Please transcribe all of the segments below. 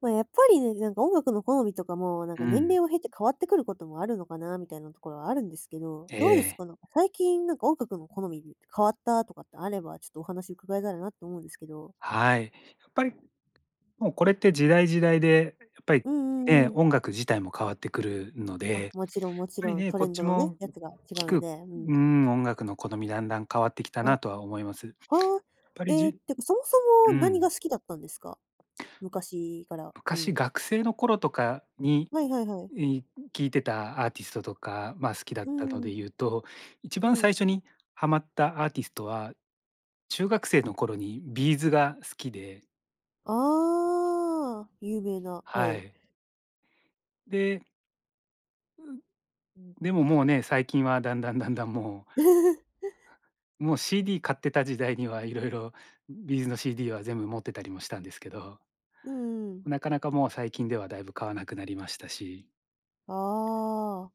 まあ、やっぱりね、音楽の好みとかも、う年ん、齢を経て変わってくることもあるのかなみたいなところはあるんですけど、えどうですえ、か？最近音楽の好み変わったとかってあれば、ちょっとお話伺えたらなと思うんですけど。はい。やっぱりもうこれって時代時代で、やっぱりうんうね、んうん。音楽自体も変わってくるので、あ、やっもちろんもちぱりろん、ね、トこレっンドちのね、もやつが違う聞のく、で、うん。うん、音楽の好みだんだん変わってきたあ、はなとは思います。やっぱーえりーっじてか、そもそうも何ん、が好きだったんですか？昔から。う昔ん。学生の頃とかに、はいはいはい。い聴いてたアーティストとか、まあ、好きだっうたのでん。言うと、一う番ん。最初にハマったアーティストは、中学生の頃にビーズが好きで、ああ、有名な、ははい。い。でで、ももうね、最近はだんだんだんだんも う、もう CD 買ってた時代にはいろいろビーズの CD は全部持ってたりもしたんですけど、うんうん、ああ、有名な、はい、ううん。なかなかもう最近ではだいぶ買わなくなりましたし、ああ、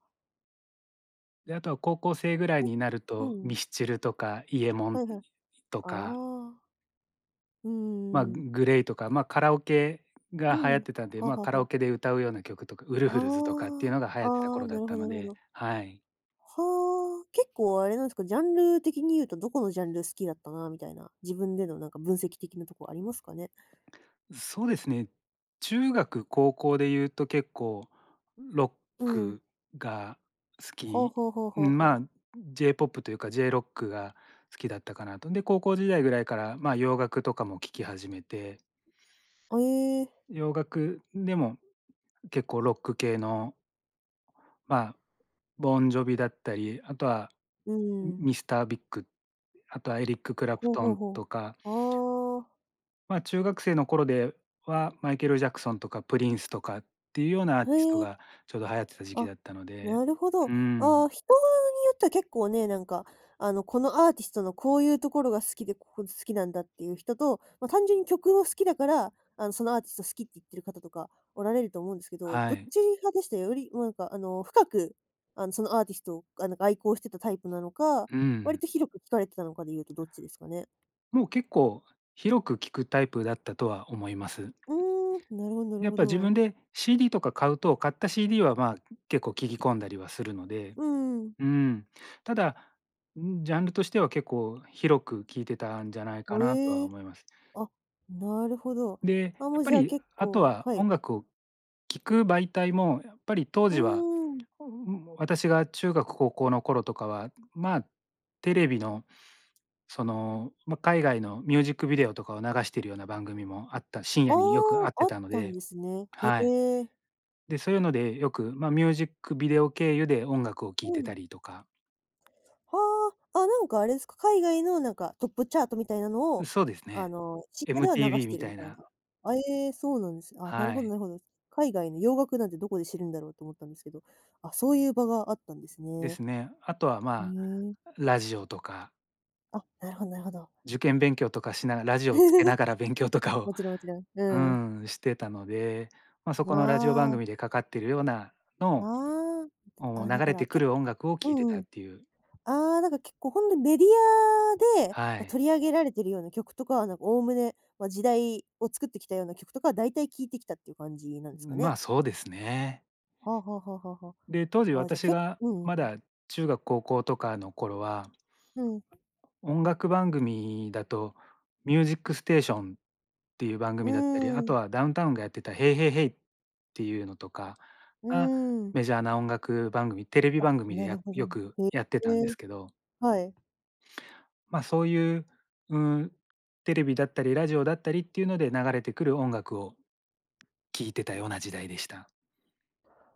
で、あとは高校生ぐらいえ、になるうと、ミん。スチルとかイエモはンいはい。とあか、あ、うんまあ、うんうん。グレイとか、まあ、カラオケうが流行ん。ってたんで、はまあ、はカラオは。ケで歌うような曲とか、ウルあフルズとかっていうのが流あ、行ってたああ、頃だなっるほたどなのるほで、ど。はい。はあ、結構あれなんですか、ジャンル的に言うとどこのジャンル好きだったなみたいな、自分での分析的なとこありますかね？そうですね。中学、高校で言うと結構ロッうん。クが好はあはき、あはあはうん、あはまあ。あ、J-POPというか J-ROCKが好きだったかなと。で、高校時代ぐらいから、まあ、洋楽とかも聴き始めて、ええ、洋楽でも結構ロック系の、まあ、ボン・ジョビだったり、あとはうミん。ミスター・ビッグ、あとはエリック・クラプほうトほうンほとか、う。あまあ、中学生の頃では、マイケル・ジャクソンとかプリンスとかっていうようなアーあ、へティストえ、がちょうど流行ってた時期あ、だったので。なるほど。あうん、あ、人によっては結構ね、このアーティストのこういうところが好きで、ここ好きなんだっていう人と、まあ、単純に曲を好きだから、そのアーティスト好きって言ってる方とかおられると思うんですけど、はどっい。ち派でした？より、深く、そのアーティストを、愛好してたタイプなのか、う割ん。と広く聞かれてたのかで言うとどっちですかね？もう結構広く聞くタイプだったとは思います。うーん、なるほどなるやっほぱ自分ど。で CD とか買うと、買った CD は、まあ、結構聞き込んだりはするので、うんん。うん。ただ、ジャンルとしては結構広く聞いてたんじゃないかなとえはえ、思います。あ、なるほど。で、やあ、もっうぱじゃあり結あと構、はは音い。楽を聴く媒体もやっぱり当う時は、ーん。私が中学高校の頃とかはまあテレビの、その、まあ、海外のミュージックビデオとかを流しているような番組もあった、深あ夜によくあっあ、てあったのたんで、ですね。へはい。え。で、そういうのでよく、まあ、ミュージックビデオ経由で音楽を聴いうてん。たりとか、はあ。あ、あれですか、海外のトップチャートみたいなのを、そうですあね。の、深夜では流し MTV てみるたみいたいな、な。あ、ええ、そうなんですね。あ、なるはほどい、なるほど。海外の洋楽なんてどこで知るんだろうと思ったんですけど、あ、そういう場があったんですでね。すね。あとはへまあ、え。ラジオとか、あ、なるほどなるほど。受験勉強とかしながらラジオをつけな がら勉強とかを、もちろんもちろん。ううん。ん、してたので、まあ、そこのラジオ番わ組あ。でかかってるようなのを、ああ。あ、流だかれらてくける音楽をう聴いてんたうっん。ていう。ああ、結構ほんとにメディアで、はま、い。取り上げられてるような曲とかは、おおむね、ま、時代を作ってきたような曲とかは大体聴いてきたっていう感じなんですかまね。あ、そうですね。はあはあはあはあはで、当時あ。ああ、じゃ、私けがうんうまん。だ中学、高校とかの頃は、うん。音楽番組だとミュージックステーションっていう番う組だったり、あーとん。はダウンタウンがやってたヘイヘイヘイっていうのとかうが、ーん。メジャーな音楽番組、テレビ番組でなるほよど。くやってたんでへえ。すけど、はい。まあ、そういう、うん、テレビだったり、ラジオだったりっていうので流れてくる音楽を聴いてたような時代でした。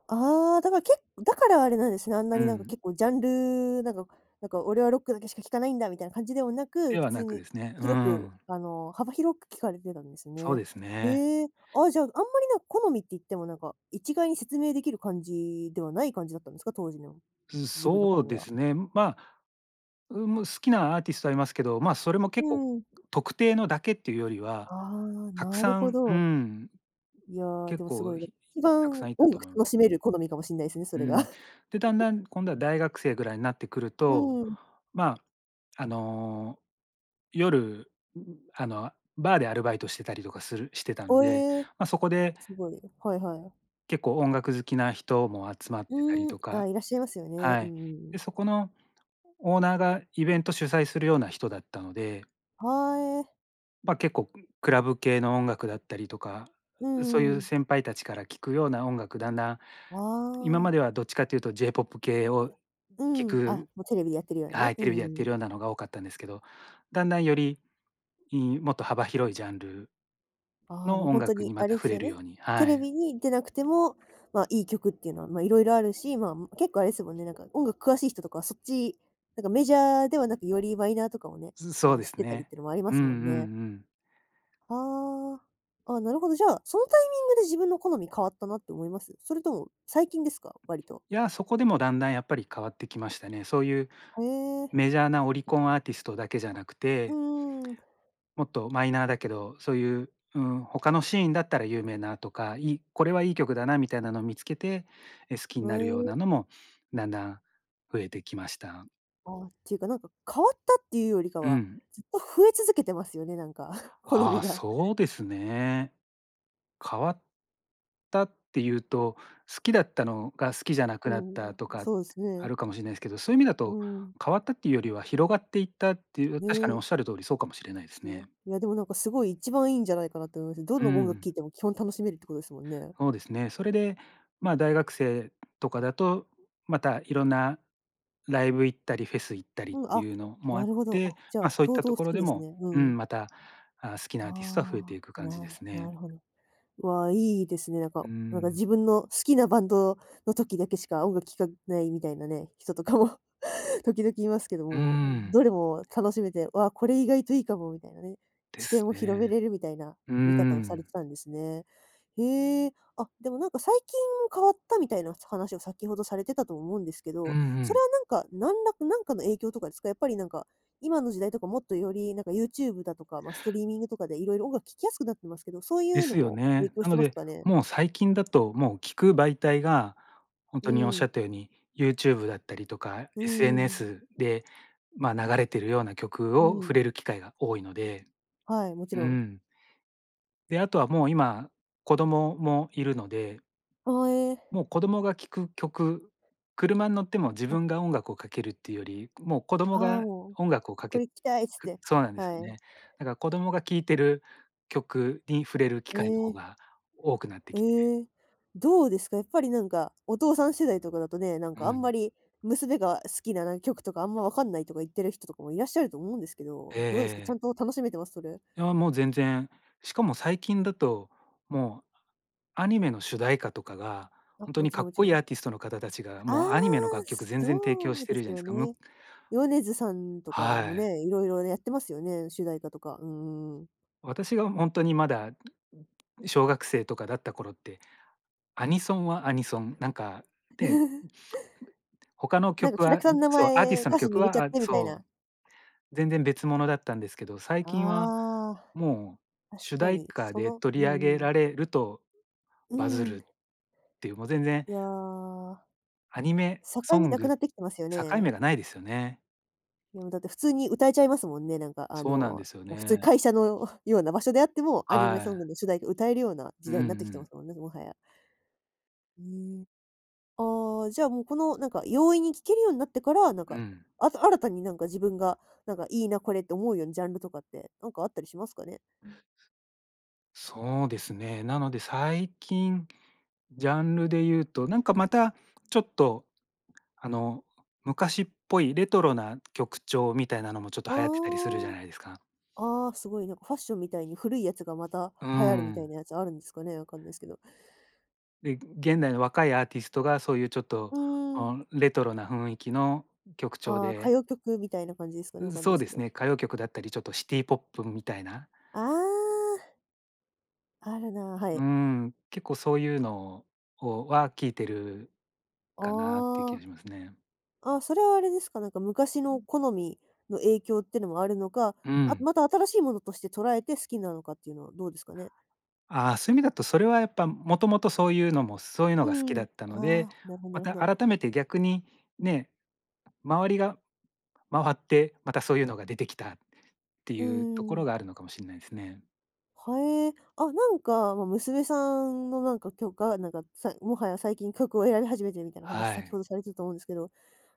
ああ、だからあれなんですね。あんなうにん。結構ジャンル、なんか俺はロックだけしか聴かないんだみたいな感じではなく、で普は通なくでにすね、う広く、ん、あの、幅広く聞かれてたんですそうね。ですね。へえ。あ、じゃあ、あんまり好みって言っても、一概に説明できる感じではない感じだったんですか？当時のうん、自分のそ好うみでは。すね。まあ、うん、好きなアーティストはいますけど、まあ、それも結構うん。特定のだけっていうよりは、ああ、たくなるさほん、うど。ん、いや、で結もすご構いね。一たく番さんいた音と楽思いま楽しす。める好みかもしんないですね、そうれが。ん。で、だんだん今度は大学生ぐらいになってくると、うん。まあ、あの、夜、あの、バーでアルバイトしてたりとかするして たのおで、え、まあ、そこですごい。はいはい。結構音楽好きな人も集まってたりうーん、とあ、か、いらっしゃいますよね。はうい。で、ん、そこのオーナーがイベント主催するような人だったので、はえ。まあ、結構クラブ系の音楽だったりとか、うそういんううん。先輩たちから聞くような音楽、だんだん、あ今まであ、はどっちかというと J-POP 系をう聞ん。あ、く、もうテレビでやってるようなはね。い、うテレビでやっんうてん、るようなのが多かったんですけど、だんだんより、もっと幅広いジャンルああ、のもう音ほんと楽ににまあたれで触すれよるね。ように、テはレい。ビに出なくても、ま、いい曲っていうのは、ま、色々あるし、ま、結構あれですもんね、音楽詳しい人とかはそっち、メジャーではなく、よりマイナーとかをね、あそうの、で知っすてたりっね。ていうのもありまうんうすんうもんね。ん。ああ。あ、なるほど。じゃあ、そのタイミングで自分の好み変わったなって思います？それとも最近ですか？割と。いや、そこでもだんだんやっぱり変わってきましたね。そういうへえ。メジャーなオリコンアーティストだけじゃなくうーて、うん。もっとマイナーだけど、そういう、うん、他のシーンだったら有名なとか、いいこれはいい曲だなみたいなのを見つけて、好きになうえるようん、なのもだんだん増えてきました。あ、っていうか変わったっていうよりかうは、ん。ずっと増え続けてますよね、なんか、好あみあ、が。そうですね。変わったっていうと、好きだったのが好きじゃなくうなったん、とかそうですあね。るかもしれないですけど、そういう意味だうと、ん。変わったっていうよりは広がっていったっていう、確かにおね、っしゃる通りそうかもしれないですいや、ね。いやでもすごい一番いいんじゃないかなって思います。どうの音楽聴ん、いても基本楽しめるってことですもんね。そうですね。それで、まあ、大学生とかだと、またいろんなライブ行ったり、フェス行ったりっうん、てあ、いうのもあなっるほど。あ、て、じゃまあ、あそういっ相た当と好ころきでですも、ね。ううん。ん、また、あ、好きなアーティストは増えてああ、いく感じですなね。るほど。わ、いいですね。なんかうなんかん。自分の好きなバンドの時だけしか音楽聴かないみたいなね、人とかも時々いますけどうも、ん、どれも楽しめて、わあ、これ意外といいかもみたいなね、で知す見を広めね。れるみたいなう見方をされん。てたんですね。へえ、あ、でも最近変わったみたいな話を先ほどされてたと思うんですけうど、んうそれん。はの影響とかですか？やっぱりなんか、今の時代とかもっとよりYouTube だとか、まあ、ストリーミングとかでいろいろ音楽聴きやすくなってますけど、そういでうのすよも影ね。響しなてのますで、かね？もう最近だと、もう聞く媒体が、本う当におっしゃん、ったように、YouTube だったりとか、うん、SNS で、まあ、流れてるような曲うを触ん、れる機会が多いので、はい、もちうろん。ん。で、あとはもう今、子供もいるので、ああ、ええ、もう子供が聴く曲、車に乗っても自あ、分が音楽をかけるっていうより、もう子供ああ、がもう音楽をかこけれ着たいっつっくて。そうなんですよはい。ね。だから子供が聴いてる曲に触れる機え会の方え、が多くなってきて、ええ、どうですか？やっぱり、お父さん世代とかだとね、うあんまん。り娘が好きな、曲とかあんま分かんないとか言ってる人とかもいらっしゃると思うんですけど、ええどうですか？ちゃえんえ。と楽しめてます？それ。いや、もう全然、しかも最近だと、もうアニメの主題歌とかが、あ、ほんともにちかろんっもちこいろいん。アーティストの方たちが、ああ、もうアニメの楽曲全然提供そしうてでるじすゃないでよすか。ね。米津さんとかはもい。ね、いろいろやってますよね、主題歌とか。うんうんうん。私がほんとにまだ、小学生とかだった頃って、アニソンはアニソン、なんか、で、他の曲キャラは、クターの名そう、アーティ前、スト歌の詞に曲入れちゃは、っあ、てみたいそな。う、全然別物だったんですけど、最近はあもうあ、主確か題に。歌そでの、取うり上んげうん。られるとうバズるん。っていう、もう全然いや、アニメ境ソ目ンなくグ、なってきてますよ境目ね。がないですよね。いや、もうだって普通に歌えちゃいますもんね、そうなんですよま、普通ね。会社の ような場所であっても、アニメはソンい。グの主題歌歌えるような時うんう代になってきてまん。すもんね、もはや。うん。ああ、じゃあもうこの容易に聴けるようになってから、うん。あと新たに自分が、いいな、これって思うようなジャンルとかって、あったりしますかね？そうですね。なので最近ジャンルで言うと、なんかまたちょっと、あの、昔っぽいレトロな曲調みたいなのもちょっと流行ってたりするじゃあないですか。あ、ああ、すごいファッションみたいに古いやつがまたうー流行るみたいん。なやつあるんですかね？わかんないですけど。で、現代の若いアーティストがそういうちょっと、うーん。あ、レトロな雰囲気の曲調ああ、歌で、謡曲みたいな感じですかね、わかんなそいでうすでけすど。ね、歌謡曲だったりちょっとシティポップみたいな、ああ、あるな、はうい。ーん、結構そういうのは聴いてるあかなっていう気あ、がしますね。あ、それはあれですか、昔の好みの影響ってのもあるのか、うあ、ん。また新しいものとして捉えて好きなのかっていうのはどうですかね？ああ、そういう意味だとそれはやっぱもともとそういうのも、そういうのうが好きだん。ったので、ああ、なるほどなまるほたど。改めて逆にね、周りが回って、またそういうのが出てきたってういうとーころん。があるのかもしれないですね。はえー。あ、まあ、娘さんの曲が、もはや最近曲を選び始めてるみたいな話、は先ほい。どされてたと思うんですけど、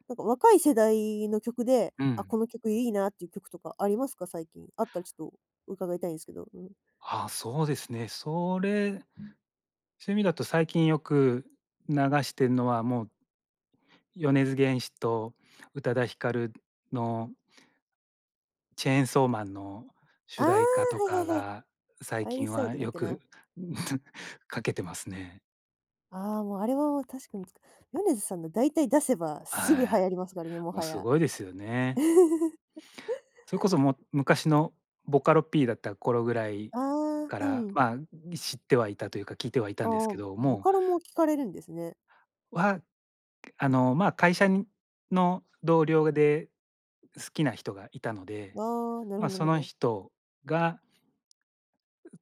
若い世代の曲で、うあ、こん。の曲いいなっていう曲とかありますか？最近。あったらちょっと伺いたいんですけど。うん。あ、そうですね。それ、趣味だと最近よく流してるのは、もう米津玄師と宇多田ヒカルのチェーンソーマンのあ主あ、は題歌とかいはいはい。が、最アイリ近スアウはトだっよけな。く かけてますね。ああ、もうあれはもう確かに米津さんの大体出せばすぐ流はい。行りますからね、ももうはすや。ごいですよね。それこそもう昔のボカロ P だった頃ぐらいああ、かうら、ん。まあ、知ってはいたというか、聞いてはいたあんですあ、けど、ボもカロも聴かれるんですね。うは、あの、まあ、会社の同僚で好きな人がいたので、ああ、なるまほあ、どなるそほのど。人が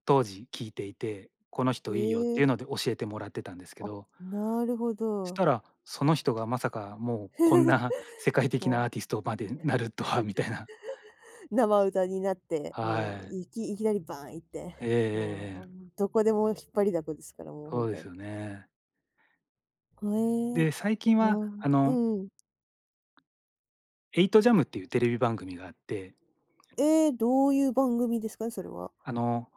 当時聞いていて、このえ人いいよっていうえ、ので教えてもらってたんですけあ、ど、なるほしど。たらその人がまさかもうこんな世 界的なもアうーティストまでなるとはみたいな。生歌になって、もはうい。いきいきなりバーン行って、えええええもうえ。どこでも引っ張りだこですから、もうほそんうとでに。すよね。へえ。で、最近なは、あうの、ん。エイトジャムっていうテレビ番組があって、ええ、どういう番組ですかね？それは。あの、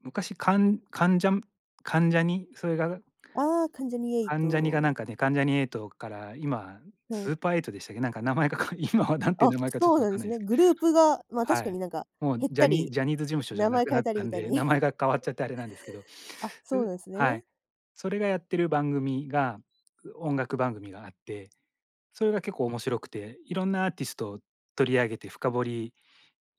昔かん関ジャム関ジャニ、それがああ、関ジャニ関ジャニがなん∞かね、関ジャニエイトから今はい。スーパーエイトでしたっけ？なんか名前がか 今はなんていあ、う名前かちょっそうとわなんでかんすないでね。すけど。グループが、まあ、確はかにい。なんかもう減っジャたニり、ジャニーズ事務所じ名ゃな前く変なえったりたみんたいで、に。名前が変わっちゃってあれなんですけど、あ、そうなんですはね。い。それがやってる番組が、音楽番組があって、それが結構面白くて、いろんなアーティストを取り上げて深掘り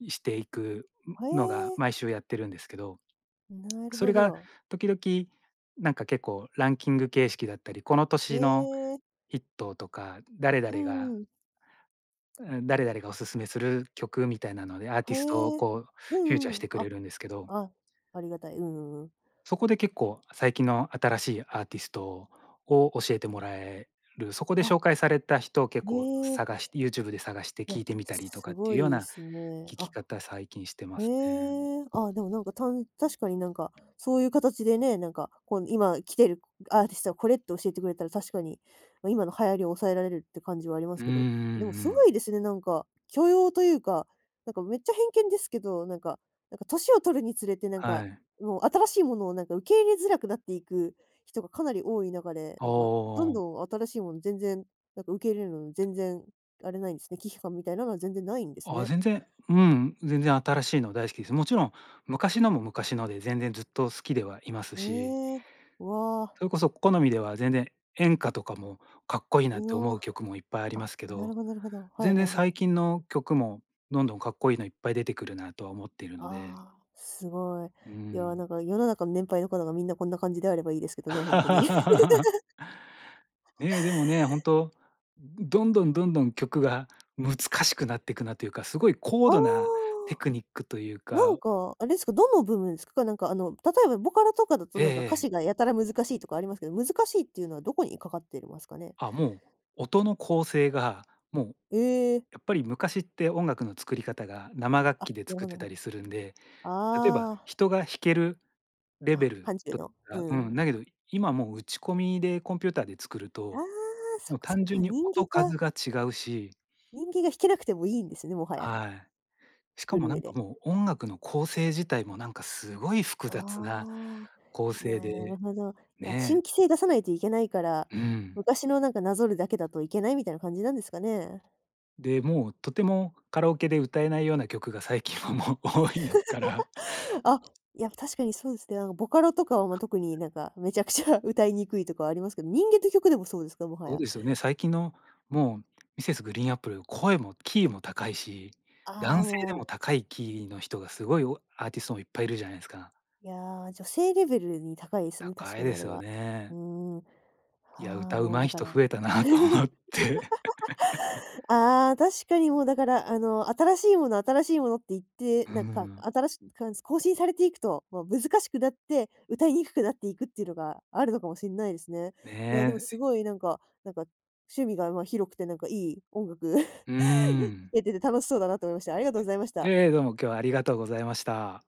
していくへのがえ、毎週やってるんですけど、なるそほれがど。時々なんか結構ランキング形式だったり、このへ年のえ、ヒットとか、うんうん。誰々がおすすめする曲みたいなので、アーへティストをえ。こううフューチんャーうしん。てくあ、れるんですけど、あ、ありがたい。うんうんうん。そこで結構最近の新しいアーティストを教えてもらえる、そこであ、紹介された人を結え構え、探して YouTube で探していや、聞いてみたりとすかってごいういようでなすね。聞きあ、方、最近してまへすね。え、あ、でもなんか、確かになんか、そういう形でね、なんか、こう今来てるアーティストはこれって教えてくれたら確かに、ま、今の流行りを抑えられるって感じはありまうすんけうんど、でもうすごん。いですね、なんか、許容というか、なんかめっちゃ偏見ですけど、なんか年を取るにつれてなんか、はい。もう新しいものをなんか受け入れづらくなっていく人がかなり多い中で、なんかどんあどん新しいもの全然、なんか受け入れるの全然あれないんですね、忌避感みたいなのは全然ないんですね。全然、うん、全然新しいの大好きです。もちろん昔のも昔ので全然ずっと好きではいますし、ええ、わあ。それこそ好みでは全然演歌とかもかっこいいなっうてお、思う曲もいっぱいありあ、ますけなど、るほどなるほど。はい全然はいは最い。近の曲もどんどんかっこいいのいっぱい出てくるなとは思っているので、ああ、すごい。ういや、なん。んか世の中の年配の方がみんなこんな感じであればいいですけどね、ほんとに。ねえ、でもね、本当どんどんどんどん曲が難しくなっていくなというか、すごい 高ああ、度なテクニックというなんか。か、あれですか、どの部分ですか？なんかあの、例えばボカロとかだとなんか歌詞ええがやたら難しいとかありますけど、難しいっていうのはどこにかかってますかね？あ、もう音の構成が、もうええ、やっぱり昔って音楽の作り方が生楽あ、器でなる作ほどっなてるほたど。りするんで、例えばあ人が弾けるレあ、ベあ、ル範疇の、うがうん。ん、だけど今もう打ち込みでコンピューターで作るああ、と、そもっうかそっ単純か、に音が数が違うし。人間が弾けなくてもいいんですね、もはや、はい。しか作もるな上んかで。もう音楽の構成自体もなんかすごい複あ雑なあ、構成なるで、ほど。いや、新ね、規性出さないといけないから、うん。昔のなんかなぞるだけだといけないみたいな感じなんですかね。で、もうとてもカラオケで歌えないような曲が最近はあ、もう多いから。あ、いや、確かにそうですね。なんかボカロとかは、ま、特になんかめちゃくちゃ 歌いにくいとかはありますけど、人間と曲でもそうですか？もはそうや。ですよね。最近のもうミセスグリーンアップル、声もキーも高いし、ああ、男性でももう、高いキーの人がすごいアーティストもいっぱいいるじゃないですか。いやー、女性レベルに高いですね、確高かいにであれすよは。うーね。ん。いや、ああ、歌うもうまいだか人ら 増えたなと思 って。ああ、確かにもうだから、あの、新しいものって言って、うなんか、ん。新しく更新されていくと、まあ、難しくなって、歌いにくくなっていくっていうのがあるのかもしれないですね。ねいや、でもえ。すごいなんか、趣味が、ま、広くてなんかいい音楽 聴うん。けてて楽しそうだなと思いました。ありがとうございました。ええ、どうも今日はありがとうございました。